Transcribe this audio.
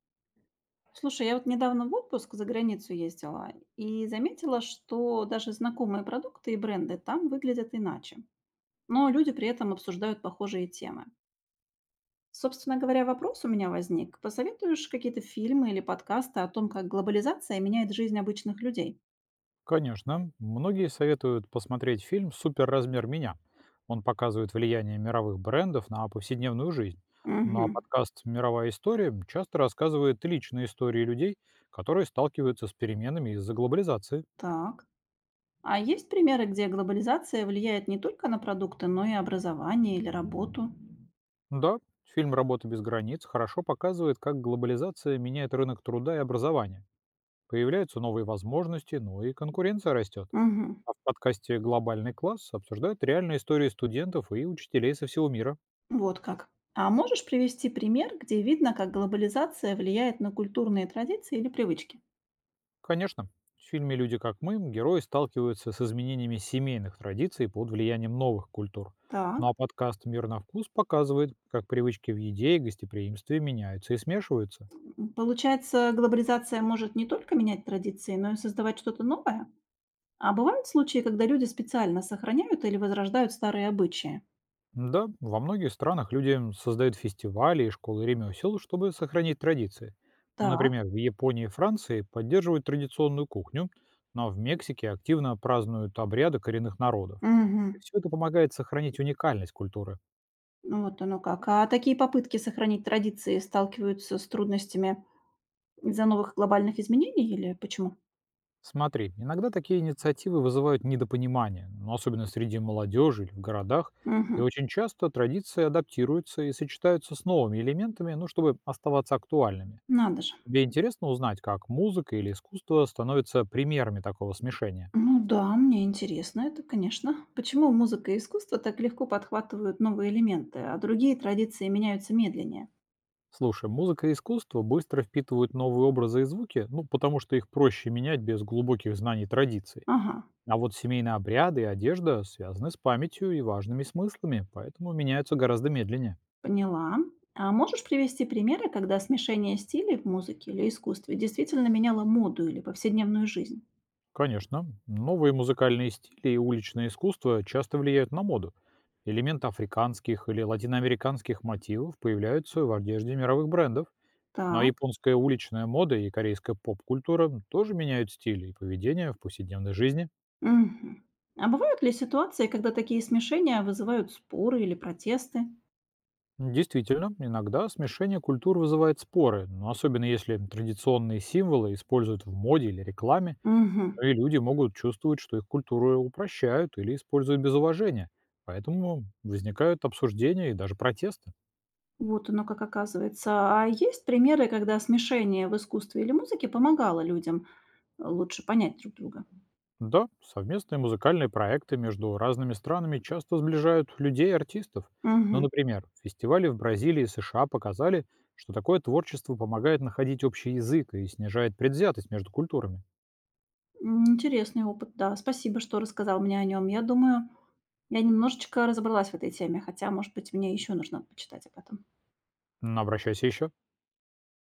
Слушай, я вот недавно в отпуск за границу ездила и заметила, что даже знакомые продукты и бренды там выглядят иначе. Но люди при этом обсуждают похожие темы. Собственно говоря, вопрос у меня возник. Посоветуешь какие-то фильмы или подкасты о том, как глобализация меняет жизнь обычных людей? Конечно. Многие советуют посмотреть фильм «Суперразмер меня». Он показывает влияние мировых брендов на повседневную жизнь. Ну а Угу. подкаст «Мировая история» часто рассказывает личные истории людей, которые сталкиваются с переменами из-за глобализации. Так. А есть примеры, где глобализация влияет не только на продукты, но и образование или работу? Да, фильм «Работа без границ» хорошо показывает, как глобализация меняет рынок труда и образования. Появляются новые возможности, но и конкуренция растет. Угу. А в подкасте «Глобальный класс» обсуждают реальные истории студентов и учителей со всего мира. Вот как. А можешь привести пример, где видно, как глобализация влияет на культурные традиции или привычки? Конечно. В фильме «Люди как мы» герои сталкиваются с изменениями семейных традиций под влиянием новых культур. Так. Ну а подкаст «Мир на вкус» показывает, как привычки в еде и гостеприимстве меняются и смешиваются. Получается, глобализация может не только менять традиции, но и создавать что-то новое? А бывают случаи, когда люди специально сохраняют или возрождают старые обычаи? Да, во многих странах люди создают фестивали и школы ремесел, чтобы сохранить традиции. Но, Так, например, в Японии и Франции поддерживают традиционную кухню, но в Мексике активно празднуют обряды коренных народов. И мгм. все это помогает сохранить уникальность культуры. Ну вот оно как. А такие попытки сохранить традиции сталкиваются с трудностями из-за новых глобальных изменений или почему? Смотри, иногда такие инициативы вызывают недопонимание, но особенно среди молодежи или в городах, и Мгм. очень часто традиции адаптируются и сочетаются с новыми элементами, ну, чтобы оставаться актуальными. Надо же. Тебе интересно узнать, как музыка или искусство становятся примерами такого смешения? Ну да, мне интересно это, конечно. Почему музыка и искусство так легко подхватывают новые элементы, а другие традиции меняются медленнее? Слушай, музыка и искусство быстро впитывают новые образы и звуки, ну, потому что их проще менять без глубоких знаний традиций. Ага, А вот семейные обряды и одежда связаны с памятью и важными смыслами, поэтому меняются гораздо медленнее. поняла. А можешь привести примеры, когда смешение стилей в музыке или искусстве действительно меняло моду или повседневную жизнь? Конечно, новые музыкальные стили и уличное искусство часто влияют на моду. Элементы африканских или латиноамериканских мотивов появляются в одежде мировых брендов. Ну а Так. японская уличная мода и корейская поп-культура тоже меняют стиль и поведение в повседневной жизни. Мгм. А бывают ли ситуации, когда такие смешения вызывают споры или протесты? Действительно, иногда смешение культур вызывает споры, но особенно если традиционные символы используют в моде или рекламе, Угу. и люди могут чувствовать, что их культуру упрощают или используют без уважения. Поэтому возникают обсуждения и даже протесты. Вот оно как оказывается. А есть примеры, когда смешение в искусстве или музыке помогало людям? Лучше понять друг друга. Да, совместные музыкальные проекты между разными странами часто сближают людей и артистов. Но, Мгм. например, фестивали в Бразилии и США показали, что такое творчество помогает находить общий язык и снижает предвзятость между культурами. Интересный опыт, да. Спасибо, что рассказал мне о нем. Я думаю, я немножечко разобралась в этой теме, хотя, может быть, мне еще нужно почитать об этом. Обращайся еще.